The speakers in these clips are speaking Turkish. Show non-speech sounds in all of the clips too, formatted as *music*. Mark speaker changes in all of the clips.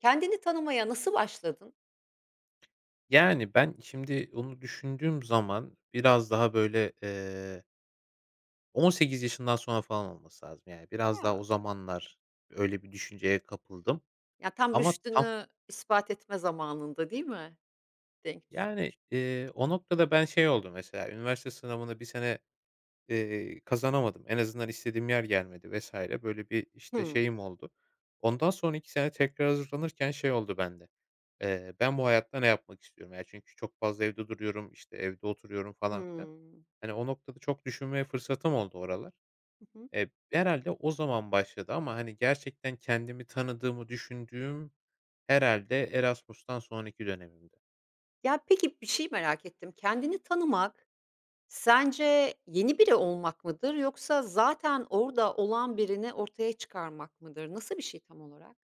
Speaker 1: Kendini tanımaya nasıl başladın?
Speaker 2: Yani, ben şimdi onu düşündüğüm zaman biraz daha, böyle, 18 yaşından sonra falan olması lazım. Yani, biraz daha
Speaker 1: Ya.
Speaker 2: o zamanlar öyle bir düşünceye kapıldım
Speaker 1: Ya, tam
Speaker 2: ama tam.
Speaker 1: rüştünü ispat etme zamanında, değil mi? Denk
Speaker 2: Yani,
Speaker 1: düşmüş.
Speaker 2: o noktada ben şey oldu mesela, üniversite sınavını bir sene, kazanamadım. En azından istediğim yer gelmedi vesaire. Böyle bir, işte,
Speaker 1: Hımm.
Speaker 2: şeyim oldu. Ondan sonra 2 sene tekrar hazırlanırken şey oldu bende, ben bu hayatta ne yapmak istiyorum? Ya, çünkü çok fazla evde duruyorum, işte, evde oturuyorum falan filan.
Speaker 1: Hımm.
Speaker 2: Hani, o noktada çok düşünmeye fırsatım oldu oralar.
Speaker 1: Hı hı.
Speaker 2: Herhâlde o zaman başladı ama, hani, gerçekten kendimi tanıdığımı düşündüğüm herhâlde Erasmus'tan sonraki dönemimdi.
Speaker 1: Ya, peki, bir şey merak ettim. Kendini tanımak sence yeni biri olmak mıdır yoksa zaten orada olan birini ortaya çıkarmak mıdır? Nasıl bir şey tam olarak?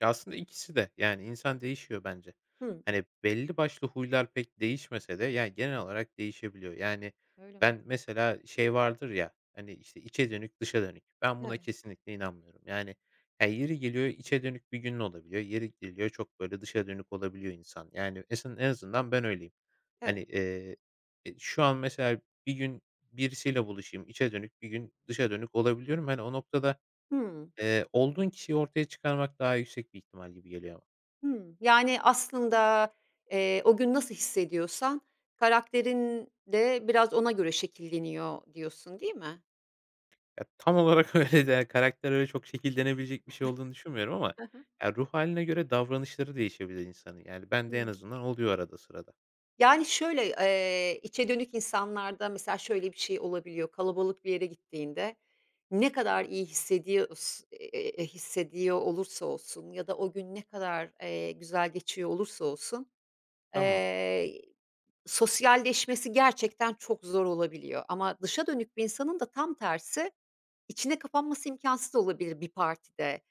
Speaker 2: Ya, aslında ikisi de. Yani, insan değişiyor bence.
Speaker 1: Hımm.
Speaker 2: Hani, belli başlı huylar pek değişmese de, yani, genel olarak değişebiliyor. Yani,
Speaker 1: Öyle mi?
Speaker 2: ben mesela şey vardır ya, hani, işte, içe dönük, dışa dönük. Ben buna
Speaker 1: Evet,
Speaker 2: kesinlikle inanmıyorum. Yani, ya, yeri geliyor içe dönük bir günün olabiliyor. Yeri geliyor çok, böyle, dışa dönük olabiliyor insan. Yani, esen en azından ben öyleyim.
Speaker 1: evet.
Speaker 2: Hani, şu an mesela bir gün birisiyle buluşayım, içe dönük, bir gün dışa dönük olabiliyorum. Hani, o noktada.
Speaker 1: Hımm.
Speaker 2: Olduğun kişiyi ortaya çıkarmak daha yüksek bir ihtimal gibi geliyor ama.
Speaker 1: Hımm. Yani, aslında, o gün nasıl hissediyorsan karakterin de biraz ona göre şekilleniyor diyorsun, değil mi?
Speaker 2: Ya, tam olarak *laughs* öyle de, yani, karakter öyle çok şekillenebilecek bir şey olduğunu düşünmüyorum ama,
Speaker 1: Hı hı.
Speaker 2: ya, ruh hâline göre davranışları değişebilir insanın. Yani, bende en
Speaker 1: Hımm.
Speaker 2: azından oluyor arada sırada.
Speaker 1: Yani, şöyle, içe dönük insanlarda mesela şöyle bir şey olabiliyor. Kalabalık bir yere gittiğinde ne kadar iyi hissediyorsa hissediyor olursa olsun ya da o gün ne kadar, güzel geçiyor olursa olsun,
Speaker 2: Tamam.
Speaker 1: eee, sosyalleşmesi gerçekten çok zor olabiliyor ama dışa dönük bir insanın da tam tersi İçine kapanması imkânsız olabilir bir partide.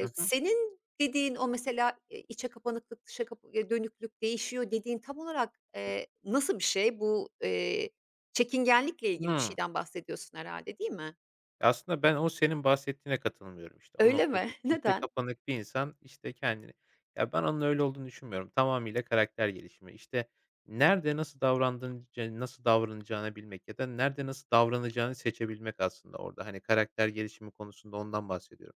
Speaker 2: Hı hı.
Speaker 1: Senin dediğin o mesela, içe kapanıklık, dışa kapa dönüklük değişiyor dediğin tam olarak, nasıl bir şey? Bu çekingenlikle ilgili bir
Speaker 2: Hıı.
Speaker 1: şeyden bahsediyorsun herhâlde, değil mi?
Speaker 2: Aslında ben o senin bahsettiğine katılmıyorum işte. O
Speaker 1: Öyle
Speaker 2: noktada,
Speaker 1: mi? *laughs*
Speaker 2: işte, içe
Speaker 1: Neden?
Speaker 2: kapanık bir insan, işte, kendini. Ya, ben onun öyle olduğunu düşünmüyorum. Tamamıyla karakter gelişimi. İşte, nerede nasıl davrandığın nasıl davranacağını bilmek ya da nerede nasıl davranacağını seçebilmek aslında orada. Hani, karakter gelişimi konusunda ondan bahsediyorum.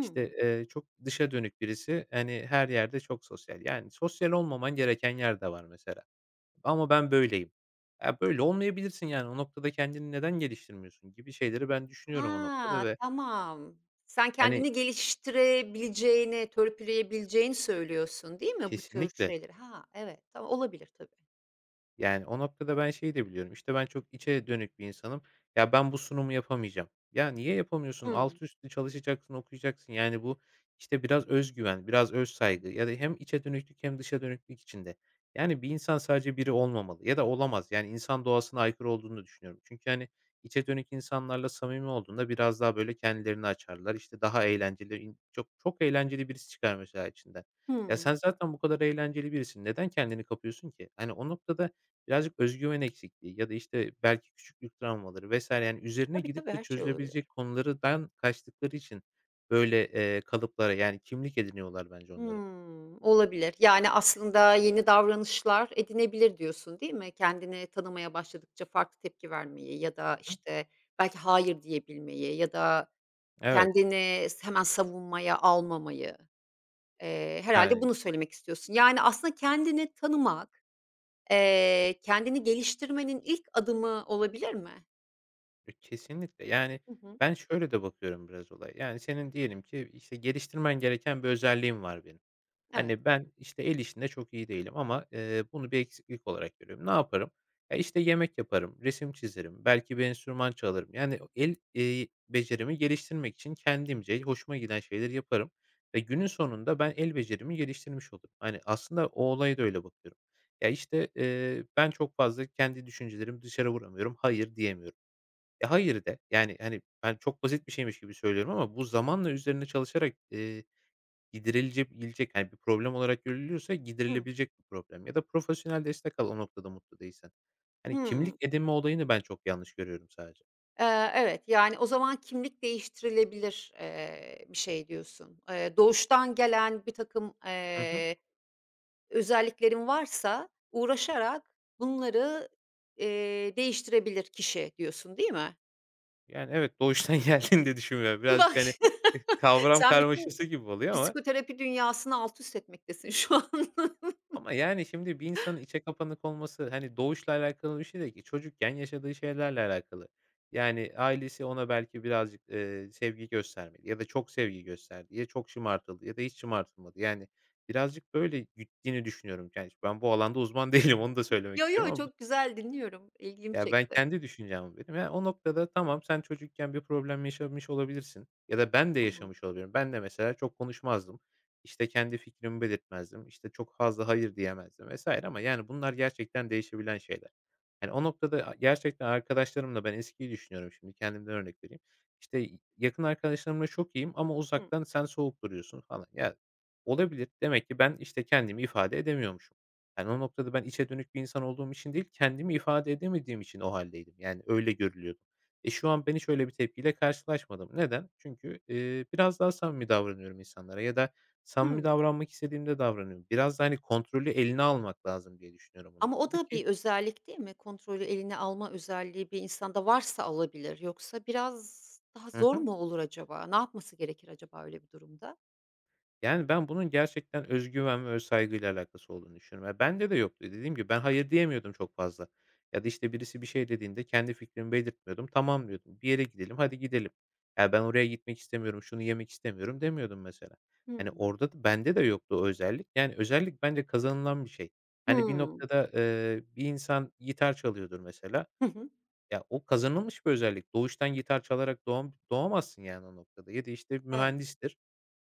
Speaker 2: İşte, çok dışa dönük birisi, hani, her yerde çok sosyal. Yani sosyal olmaman gereken yer de var mesela. Ama ben böyleyim. Ya, böyle olmayabilirsin yani. O noktada kendini neden geliştirmiyorsun gibi şeyleri ben düşünüyorum o noktada
Speaker 1: Ha,
Speaker 2: ve
Speaker 1: tamam. Sen
Speaker 2: hani.
Speaker 1: kendini geliştirebileceğini, törpüleyebileceğini söylüyorsun, değil mi bu tür
Speaker 2: Kesinlikle.
Speaker 1: şeyleri? Ha, evet. Tamam, olabilir tabii.
Speaker 2: Yani, o noktada ben şeyi de biliyorum, İşte ben çok içe dönük bir insanım. Ya, ben bu sunumu yapamayacağım. Ya, niye yapamıyorsun?
Speaker 1: Hımm.
Speaker 2: Altı üstü çalışacaksın, okuyacaksın. Yani, bu, işte, biraz öz güven, biraz öz
Speaker 1: Hımm.
Speaker 2: saygı ya da hem içe dönüklük hem dışa dönüklük içinde. Yani, bir insan sadece biri olmamalı ya da olamaz. Yani, insan doğasına aykırı olduğunu düşünüyorum. Çünkü, hani, içe dönük insanlarla samimi olduğunda biraz daha, böyle, kendilerini açarlar. İşte, daha eğlenceli, çok çok eğlenceli birisi çıkar mesela içinden. Ya, sen
Speaker 1: Hımm.
Speaker 2: zaten bu kadar eğlenceli birisin. Neden kendini kapıyorsun ki? Hani, o noktada. Birazcık özgüven eksikliği ya da, işte, belki küçüklük travmaları vesaire yani üzerine
Speaker 1: Tabii, tabii,
Speaker 2: gidip de
Speaker 1: her şey olabilir.
Speaker 2: çözülebilecek konulardan kaçtıkları için böyle, kalıplara, yani, kimlik ediniyorlar bence onları.
Speaker 1: Hmm olabilir. Yani, aslında yeni davranışlar edinebilir diyorsun, değil mi? Kendini tanımaya başladıkça farklı tepki vermeyi ya da,
Speaker 2: Hı.
Speaker 1: işte, belki hayır diyebilmeyi ya da
Speaker 2: Evet,
Speaker 1: kendini hemen savunmaya almamayı, herhâlde
Speaker 2: yani,
Speaker 1: bunu söylemek istiyorsun. Yani, aslında kendini tanımak, kendini geliştirmenin ilk adımı olabilir mi?
Speaker 2: kesinlikle. Yani,
Speaker 1: Hı hı.
Speaker 2: ben şöyle de bakıyorum biraz olaya, yani, senin diyelim ki, işte, geliştirmen gereken bir özelliğin var benim.
Speaker 1: Evet.
Speaker 2: Hani, ben, işte, el işinde çok iyi değilim ama, bunu bir eksiklik olarak görüyorum. Ne yaparım? Ya, işte, yemek yaparım, resim çizerim, belki bir enstrüman çalarım. Yani, el, becerimi geliştirmek için kendimce hoşuma giden şeyleri yaparım ve günün sonunda ben el becerimi geliştirmiş olurum. Hani, aslında o olaya da öyle bakıyorum. Ya, işte, ben çok fazla kendi düşüncelerimi dışarı vuramıyorum, hayır diyemiyorum. Hayır de. Yani, hani, ben çok basit bir şeymiş gibi söylüyorum ama bu zamanla üzerine çalışarak, giderilecep yani bir problem olarak görülüyorsa
Speaker 1: Hımm.
Speaker 2: giderilebilecek bir problem ya da profesyonel destek al o noktada mutlu değilsen. Hani
Speaker 1: Hımm.
Speaker 2: kimlik edinme olayını ben çok yanlış görüyorum sadece.
Speaker 1: Evet, yani, o zaman kimlik değiştirilebilir, bir şey diyorsun. Doğuştan gelen birtakım,
Speaker 2: Hı hı.
Speaker 1: özelliklerin varsa uğraşarak bunları, değiştirebilir kişi diyorsun, değil mi?
Speaker 2: Yani evet doğuştan *laughs* geldiğini de düşünmüyorum.
Speaker 1: *laughs* Bak,
Speaker 2: Birazcık hani
Speaker 1: *laughs*
Speaker 2: *laughs* kavram
Speaker 1: sen bütün
Speaker 2: karmaşası gibi oluyor ama.
Speaker 1: psikoterapi dünyasını alt üst etmektesin şu an. *laughs*
Speaker 2: Ama, yani, şimdi bir insanın içe kapanık olması, hani, doğuşla alakalı bir şey değil ki. Çocukken yaşadığı şeylerle alakalı. Yani, ailesi ona belki birazcık, sevgi göstermedi ya da çok sevgi gösterdi ya çok şımartıldı ya da hiç şımartılmadı. Yani, birazcık böyle güttüğünü düşünüyorum. Yani, ben bu alanda uzman *laughs* değilim, onu da söylemek
Speaker 1: Yo, yo,
Speaker 2: istiyorum ama
Speaker 1: çok güzel dinliyorum. İlgimi
Speaker 2: ya, ben
Speaker 1: çekti.
Speaker 2: kendi düşüncemi benim. Ya, o noktada tamam, sen çocukken bir problem yaşamış olabilirsin ya da ben de
Speaker 1: Hı hı.
Speaker 2: yaşamış olabilirim. Ben de mesela çok konuşmazdım. İşte, kendi fikrimi belirtmezdim. İşte, çok fazla hayır diyemezdim vesaire. Ama, yani, bunlar gerçekten değişebilen şeyler. Yani, o noktada gerçekten arkadaşlarımla ben eskiyi düşünüyorum şimdi, kendimden örnek vereyim. İşte, yakın arkadaşlarımla çok iyiyim ama
Speaker 1: Hı.
Speaker 2: uzaktan sen soğuk duruyorsun falan. Ya, olabilir. Demek ki ben, işte, kendimi ifade edemiyormuşum. Yani, o noktada ben içe dönük bir insan olduğum için değil, kendimi ifade edemediğim için o haldeydim. Yani, öyle görülüyordum. Şu an ben hiç öyle bir tepkiyle karşılaşmadım. Neden? Çünkü, biraz daha samimi davranıyorum insanlara ya da samimi
Speaker 1: Hıı.
Speaker 2: davranmak istediğimde davranıyorum. Biraz da, hani, kontrolü eline almak lazım diye düşünüyorum o
Speaker 1: Ama o
Speaker 2: noktada
Speaker 1: da
Speaker 2: ki.
Speaker 1: bir özellik değil mi? Kontrolü eline alma özelliği bir insanda varsa alabilir. Yoksa biraz daha
Speaker 2: Hı
Speaker 1: zor
Speaker 2: hı.
Speaker 1: mu olur acaba? Ne yapması gerekir acaba öyle bir durumda?
Speaker 2: Yani, ben bunun gerçekten özgüven ve öz saygıyla alakası olduğunu düşünüyorum. Ya, bende de yoktu. Dediğim gibi ben hayır diyemiyordum çok fazla ya da, işte, birisi bir şey dediğinde kendi fikrimi belirtmiyordum. "Tamam." diyordum. "Bir yere gidelim, hadi gidelim." Ya, "Ben oraya gitmek istemiyorum, şunu yemek istemiyorum." demiyordum mesela. Hani,
Speaker 1: Hımm.
Speaker 2: orada da bende de yoktu o özellik. Yani, özellik bence kazanılan bir şey. Hani, bir
Speaker 1: Hımm.
Speaker 2: noktada, bir insan gitar çalıyordur mesela.
Speaker 1: Hı hı.
Speaker 2: Ya, o kazanılmış bir özellik. Doğuştan gitar çalarak doğamazsın yani o noktada ya da, işte,
Speaker 1: Evet.
Speaker 2: mühendistir.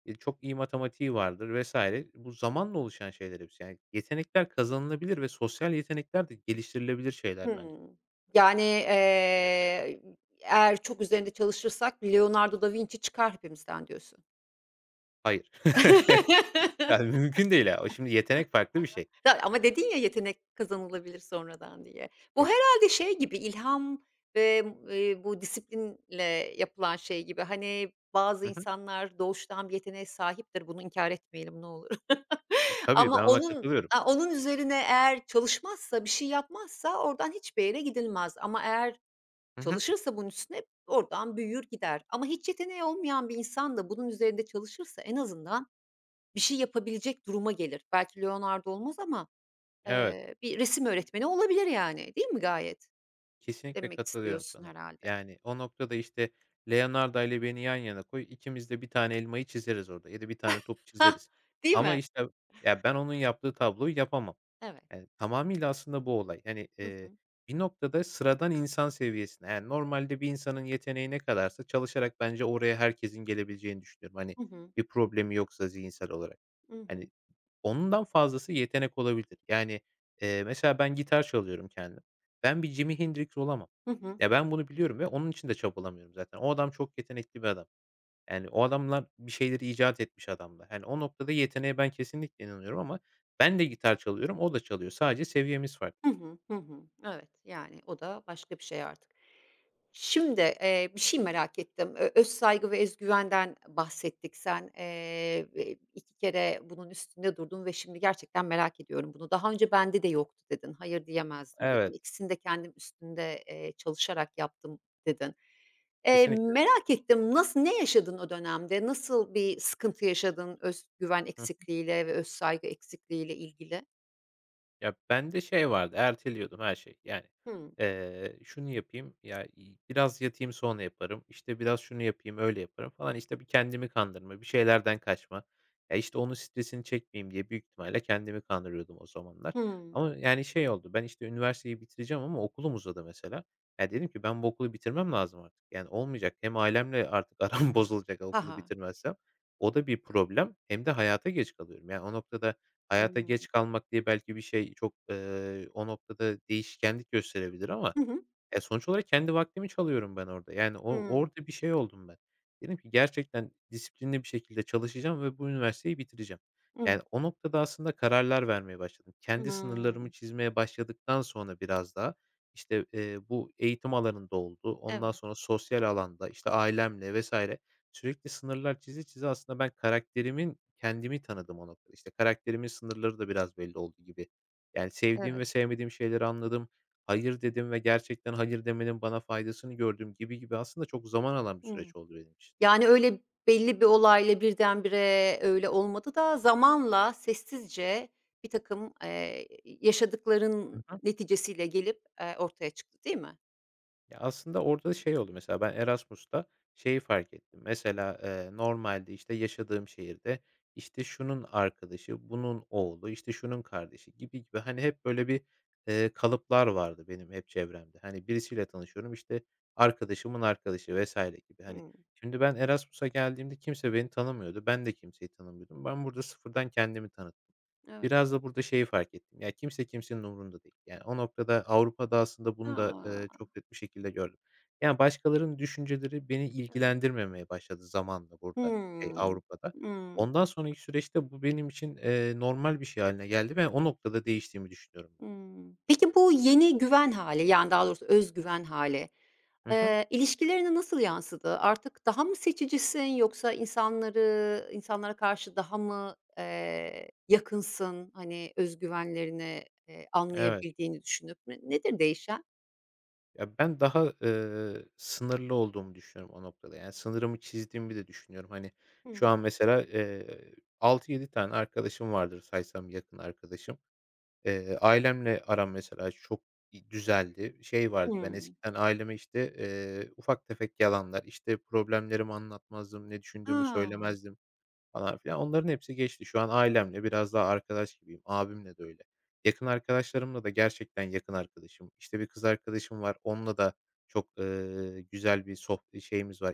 Speaker 2: Çok iyi matematiği vardır vesaire. Bu zamanla oluşan şeyler hepsi. Yani yetenekler kazanılabilir ve sosyal yetenekler de geliştirilebilir şeyler bence.
Speaker 1: Hımm. Yani, eğer çok üzerinde çalışırsak Leonardo da Vinci çıkar hepimizden diyorsun.
Speaker 2: Hayır. *laughs* Yani
Speaker 1: *laughs*
Speaker 2: mümkün değil ya. O şimdi yetenek farklı
Speaker 1: Hı.
Speaker 2: bir şey.
Speaker 1: Ya, ama dedin ya, yetenek kazanılabilir sonradan diye. Bu
Speaker 2: E
Speaker 1: herhalde şey gibi, ilham ve, bu disiplinle yapılan şey gibi, hani, bazı
Speaker 2: Hı hı.
Speaker 1: insanlar doğuştan bir yeteneğe sahiptir, bunu inkar etmeyelim ne olur *laughs*
Speaker 2: Tabii, ben
Speaker 1: ama
Speaker 2: ona
Speaker 1: onun
Speaker 2: katılıyorum.
Speaker 1: a onun üzerine eğer çalışmazsa, bir şey yapmazsa oradan hiçbir yere gidilmez ama eğer
Speaker 2: Hı hı.
Speaker 1: çalışırsa bunun üstüne oradan büyür gider ama hiç yeteneği olmayan bir insan da bunun üzerinde çalışırsa en azından bir şey yapabilecek duruma gelir. Belki Leonardo olmaz ama
Speaker 2: Evet.
Speaker 1: Bir resim öğretmeni olabilir yani, değil mi gayet?
Speaker 2: Kesinlikle
Speaker 1: Demek
Speaker 2: katılıyorum
Speaker 1: istiyorsun
Speaker 2: sana.
Speaker 1: herhâlde.
Speaker 2: Yani, o noktada, işte, Leonardo ile beni yan yana koy, ikimiz de bir tane elmayı çizeriz orada ya da bir tane topu
Speaker 1: Hah,
Speaker 2: çizeriz.
Speaker 1: değil
Speaker 2: Ama,
Speaker 1: mi?
Speaker 2: işte, ya, ben onun yaptığı tabloyu yapamam.
Speaker 1: Evet.
Speaker 2: Yani, tamamıyla aslında bu olay. Yani
Speaker 1: Hı hı.
Speaker 2: bir noktada sıradan insan seviyesine, yani, normalde bir insanın yeteneği ne kadarsa çalışarak bence oraya herkesin gelebileceğini düşünüyorum. Hani,
Speaker 1: Hı hı.
Speaker 2: bir problemi yoksa zihinsel olarak.
Speaker 1: Hı
Speaker 2: Hani.
Speaker 1: hı.
Speaker 2: Ondan fazlası yetenek olabilir. Yani, mesela ben gitar çalıyorum kendim. Ben bir Jimi Hendrix olamam.
Speaker 1: Hı hı.
Speaker 2: Ya, ben bunu biliyorum ve onun için de çabalamıyorum zaten. O adam çok yetenekli bir adam. Yani, o adamlar bir şeyleri icat etmiş adamlar. Yani o noktada yeteneğe ben kesinlikle inanıyorum ama ben de gitar çalıyorum, o da çalıyor. Sadece seviyemiz farklı.
Speaker 1: Hı hı. Hı hı. Evet, yani o da başka bir şey artık. Şimdi, bir şey merak ettim. Öz saygı ve ez güvenden bahsettik. Sen 2 kere bunun üstünde durdun ve şimdi gerçekten merak ediyorum bunu. "Daha önce bende de yoktu." dedin. "Hayır diyemezdim." dedin.
Speaker 2: Evet,
Speaker 1: "İkisini de kendim üstünde, çalışarak yaptım." dedin.
Speaker 2: kesinlikle.
Speaker 1: Merak ettim, nasıl ne yaşadın o dönemde? Nasıl bir sıkıntı yaşadın öz güven eksikliğiyle ve öz saygı eksikliğiyle ilgili?
Speaker 2: Ya, bende şey vardı, erteliyordum her şey. Yani,
Speaker 1: Hıı.
Speaker 2: şunu yapayım, ya, biraz yatayım sonra yaparım, İşte biraz şunu yapayım, öyle yaparım falan. İşte, bir kendimi kandırma, bir şeylerden kaçma. Ya, işte, onun stresini çekmeyeyim diye büyük ihtimalle kendimi kandırıyordum o zamanlar.
Speaker 1: Hımm.
Speaker 2: Ama, yani, şey oldu, ben, işte, üniversiteyi bitireceğim ama okulum uzadı mesela. Ya, dedim ki ben bu okulu bitirmem lazım artık. Yani, olmayacak. Hem ailemle artık aram *laughs* bozulacak
Speaker 1: Ha
Speaker 2: okulu
Speaker 1: ha.
Speaker 2: bitirmezsem. O da bir problem hem de hayata geç kalıyorum. Yani, o noktada. Hayata
Speaker 1: Hımm.
Speaker 2: geç kalmak diye belki bir şey çok, o noktada değişkenlik gösterebilir ama,
Speaker 1: Hı hı.
Speaker 2: sonuç olarak kendi vaktimi çalıyorum ben orada. Yani o
Speaker 1: Hımm.
Speaker 2: orada bir şey oldum ben. Dedim ki gerçekten disiplinli bir şekilde çalışacağım ve bu üniversiteyi bitireceğim.
Speaker 1: Hımm.
Speaker 2: Yani o noktada aslında kararlar vermeye başladım. Kendi sınırlarımı
Speaker 1: Hımm.
Speaker 2: çizmeye başladıktan sonra biraz daha işte, bu eğitim alanında oldu. Ondan
Speaker 1: Evet,
Speaker 2: sonra sosyal alanda, işte, ailemle vesaire sürekli sınırlar çize çize aslında ben karakterimin kendimi tanıdım o noktada. İşte, karakterimin sınırları da biraz belli oldu gibi. Yani sevdiğim
Speaker 1: evet.
Speaker 2: ve sevmediğim şeyleri anladım hayır dedim ve gerçekten hayır demenin bana faydasını gördüm gibi gibi aslında çok zaman alan bir
Speaker 1: Hımm.
Speaker 2: süreç oldu benim için.
Speaker 1: Yani, öyle belli bir olayla birdenbire öyle olmadı da zamanla sessizce birtakım,
Speaker 2: Hı
Speaker 1: yaşadıkların
Speaker 2: hı.
Speaker 1: neticesiyle gelip, ortaya çıktı, değil mi?
Speaker 2: Ya, aslında orada şey oldu mesela ben Erasmus'ta şeyi fark ettim. Mesela, normalde, işte, yaşadığım şehirde, işte, şunun arkadaşı, bunun oğlu, işte, şunun kardeşi gibi gibi, hani, hep böyle bir, kalıplar vardı benim hep çevremde. Hani, birisiyle tanışıyorum, işte, arkadaşımın arkadaşı vesaire gibi, hani.
Speaker 1: Hımm.
Speaker 2: Şimdi ben Erasmus'a geldiğimde kimse beni tanımıyordu. Ben de kimseyi tanımıyordum. Ben burada sıfırdan kendimi tanıttım.
Speaker 1: Evet.
Speaker 2: Biraz da burada şeyi fark ettim, ya, kimse kimsenin umurunda değil. Yani, o noktada Avrupa'da aslında bunu da,
Speaker 1: A!
Speaker 2: çok net bir şekilde gördüm. Yani, başkalarının düşünceleri beni
Speaker 1: Evet.
Speaker 2: ilgilendirmemeye başladı zamanla burada, şey,
Speaker 1: Hımm.
Speaker 2: Avrupa'da.
Speaker 1: Hımm.
Speaker 2: Ondan sonraki süreçte bu benim için, normal bir şey haline geldi ve o noktada değiştiğimi düşünüyorum ben.
Speaker 1: Hımm. Peki bu yeni güven hâli, yani, daha doğrusu öz güven hâli,
Speaker 2: Hı hı.
Speaker 1: İlişkilerine nasıl yansıdı? Artık daha mı seçicisin yoksa insanları insanlara karşı daha mı, yakınsın? Hani, özgüvenlerini
Speaker 2: Evet.
Speaker 1: anlayabildiğini düşünüp ne nedir değişen?
Speaker 2: Ya, ben daha, sınırlı olduğumu düşünüyorum o noktada. Yani, sınırımı çizdiğimi de düşünüyorum. Hani, şu
Speaker 1: Hımm.
Speaker 2: an mesela, 6-7 tane arkadaşım vardır saysam yakın arkadaşım. Ailemle aram mesela çok düzeldi. Şey vardı, ben
Speaker 1: Hımm.
Speaker 2: eskiden aileme, işte, ufak tefek yalanlar, işte, problemlerimi anlatmazdım, ne düşündüğümü
Speaker 1: A!
Speaker 2: söylemezdim falan filan. Onların hepsi geçti. Şu an ailemle biraz daha arkadaş gibiyim. Abimle de öyle. Yakın arkadaşlarımla da gerçekten yakın arkadaşım. İşte bir kız arkadaşım var. Onunla da çok, güzel bir şeyimiz var,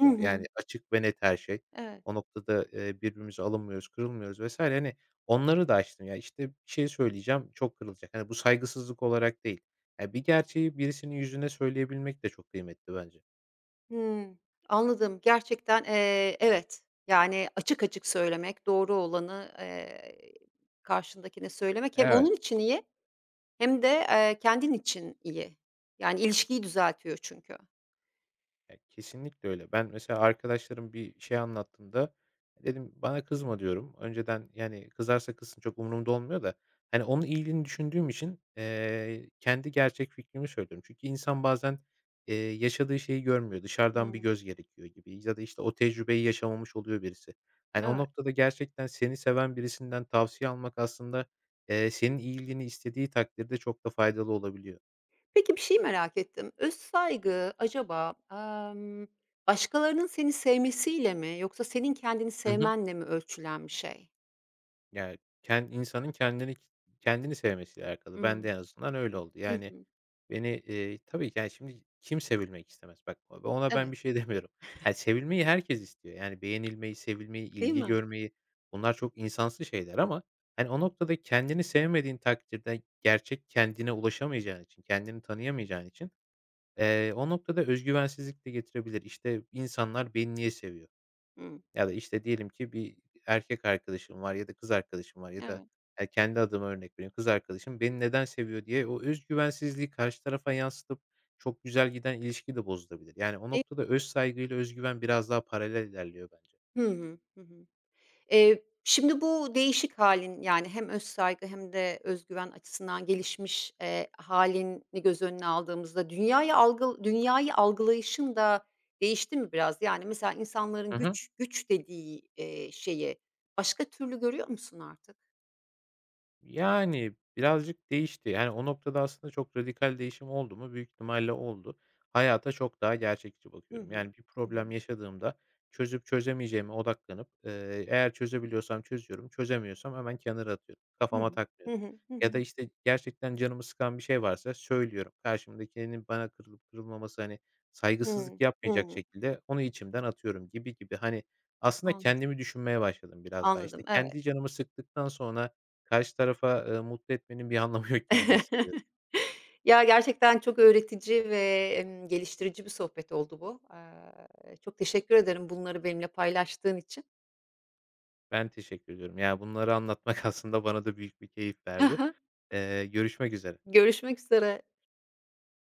Speaker 1: Hı
Speaker 2: var. Yani
Speaker 1: hı.
Speaker 2: açık ve net her şey.
Speaker 1: Evet.
Speaker 2: O noktada, birbirimize alınmıyoruz, kırılmıyoruz vesaire. Hani onları da açtım. Ya, işte, bir şey söyleyeceğim, çok kırılacak. Hani bu saygısızlık olarak değil. Ya, bir gerçeği birisinin yüzüne söyleyebilmek de çok kıymetli bence.
Speaker 1: Hımm. Anladım. Gerçekten, evet, yani, açık açık söylemek, doğru olanı, karşındakine söylemek hem
Speaker 2: Evet.
Speaker 1: onun için iyi hem de, kendin için iyi. Yani, ilişkiyi düzeltiyor çünkü.
Speaker 2: Ya, kesinlikle öyle. Ben mesela arkadaşlarım bir şey anlattığında dedim, "Bana kızma." diyorum. Önceden, yani, kızarsa kızsın çok umurumda olmuyor da, hani, onun iyiliğini düşündüğüm için, kendi gerçek fikrimi söylüyorum. Çünkü insan bazen, yaşadığı şeyi görmüyor. Dışarıdan bir
Speaker 1: Hımm,
Speaker 2: göz gerekiyor gibi ya da, işte, o tecrübeyi yaşamamış oluyor birisi. Hani, o
Speaker 1: evet.
Speaker 2: noktada gerçekten seni seven birisinden tavsiye almak aslında, senin iyiliğini istediği takdirde çok da faydalı olabiliyor.
Speaker 1: Peki, bir şeyi merak ettim. Öz saygı acaba, başkalarının seni sevmesiyle mi yoksa senin kendini sevmenle mi ölçülen bir şey?
Speaker 2: Yani insanın kendini sevmesiyle alakalı. Ben de
Speaker 1: Hımm.
Speaker 2: en azından öyle oldu.
Speaker 1: Hı
Speaker 2: Yani,
Speaker 1: hı.
Speaker 2: beni, tabii ki, yani, şimdi kim sevilmek istemez? Bak, o ona ben
Speaker 1: Evet,
Speaker 2: bir şey *laughs* demiyorum. Ha, sevilmeyi herkes istiyor. Yani, beğenilmeyi, sevilmeyi,
Speaker 1: değil
Speaker 2: ilgi
Speaker 1: mi?
Speaker 2: görmeyi bunlar çok insansı şeyler ama, hani, o noktada kendini sevmediğin takdirde gerçek kendine ulaşamayacağın için, kendini tanıyamayacağın için, o noktada özgüvensizlik de getirebilir. İşte, insanlar beni niye seviyor?
Speaker 1: Hımm.
Speaker 2: Ya da, işte, diyelim ki bir erkek arkadaşım var ya da kız arkadaşım var ya da,
Speaker 1: Evet.
Speaker 2: kendi adıma örnek vereyim, kız arkadaşım beni neden seviyor diye o özgüvensizliği karşı tarafa yansıtıp çok güzel giden ilişki de bozulabilir. Yani o
Speaker 1: Değil.
Speaker 2: noktada öz saygıyla öz güven biraz daha paralel ilerliyor bence.
Speaker 1: Hı hı. Hı hı. Şimdi bu değişik halin yani, hem öz saygı hem de özgüven açısından gelişmiş, hâlini göz önüne aldığımızda dünyayı algılayışın da değişti mi biraz? Yani, mesela insanların
Speaker 2: Hı hı.
Speaker 1: güç dediği, şeyi başka türlü görüyor musun artık?
Speaker 2: Yani, birazcık değişti. Yani, o noktada aslında çok radikal değişim oldu mu? Büyük ihtimalle oldu. Hayata çok daha gerçekçi
Speaker 1: Hı
Speaker 2: bakıyorum.
Speaker 1: hı.
Speaker 2: Yani, bir
Speaker 1: Hı hı.
Speaker 2: problem yaşadığımda çözüp çözemeyeceğime odaklanıp, eğer çözebiliyorsam çözüyorum, çözemiyorsam hemen kenara atıyorum.
Speaker 1: Hı hı.
Speaker 2: Kafama
Speaker 1: Hı
Speaker 2: takmıyorum.
Speaker 1: hı. Hı
Speaker 2: Ya da,
Speaker 1: hı.
Speaker 2: işte, gerçekten canımı sıkan bir şey varsa söylüyorum. Karşımdakinin bana kırılıp kırılmaması, hani, saygısızlık
Speaker 1: Hıı.
Speaker 2: yapmayacak
Speaker 1: Hıı.
Speaker 2: şekilde onu içimden atıyorum gibi gibi. Hani, aslında
Speaker 1: Anladım,
Speaker 2: kendimi düşünmeye başladım biraz daha.
Speaker 1: anladım.
Speaker 2: İşte,
Speaker 1: Evet.
Speaker 2: kendi canımı sıktıktan sonra karşı tarafa, mutlu etmenin bir anlamı yok gibi de hissediyorum.
Speaker 1: *laughs* Ya, gerçekten çok öğretici ve, geliştirici bir sohbet oldu bu. Çok teşekkür ederim bunları benimle paylaştığın için.
Speaker 2: Ben teşekkür ediyorum. Ya, bunları anlatmak *laughs* aslında bana da büyük bir keyif verdi. Görüşmek üzere.
Speaker 1: *laughs* Görüşmek üzere.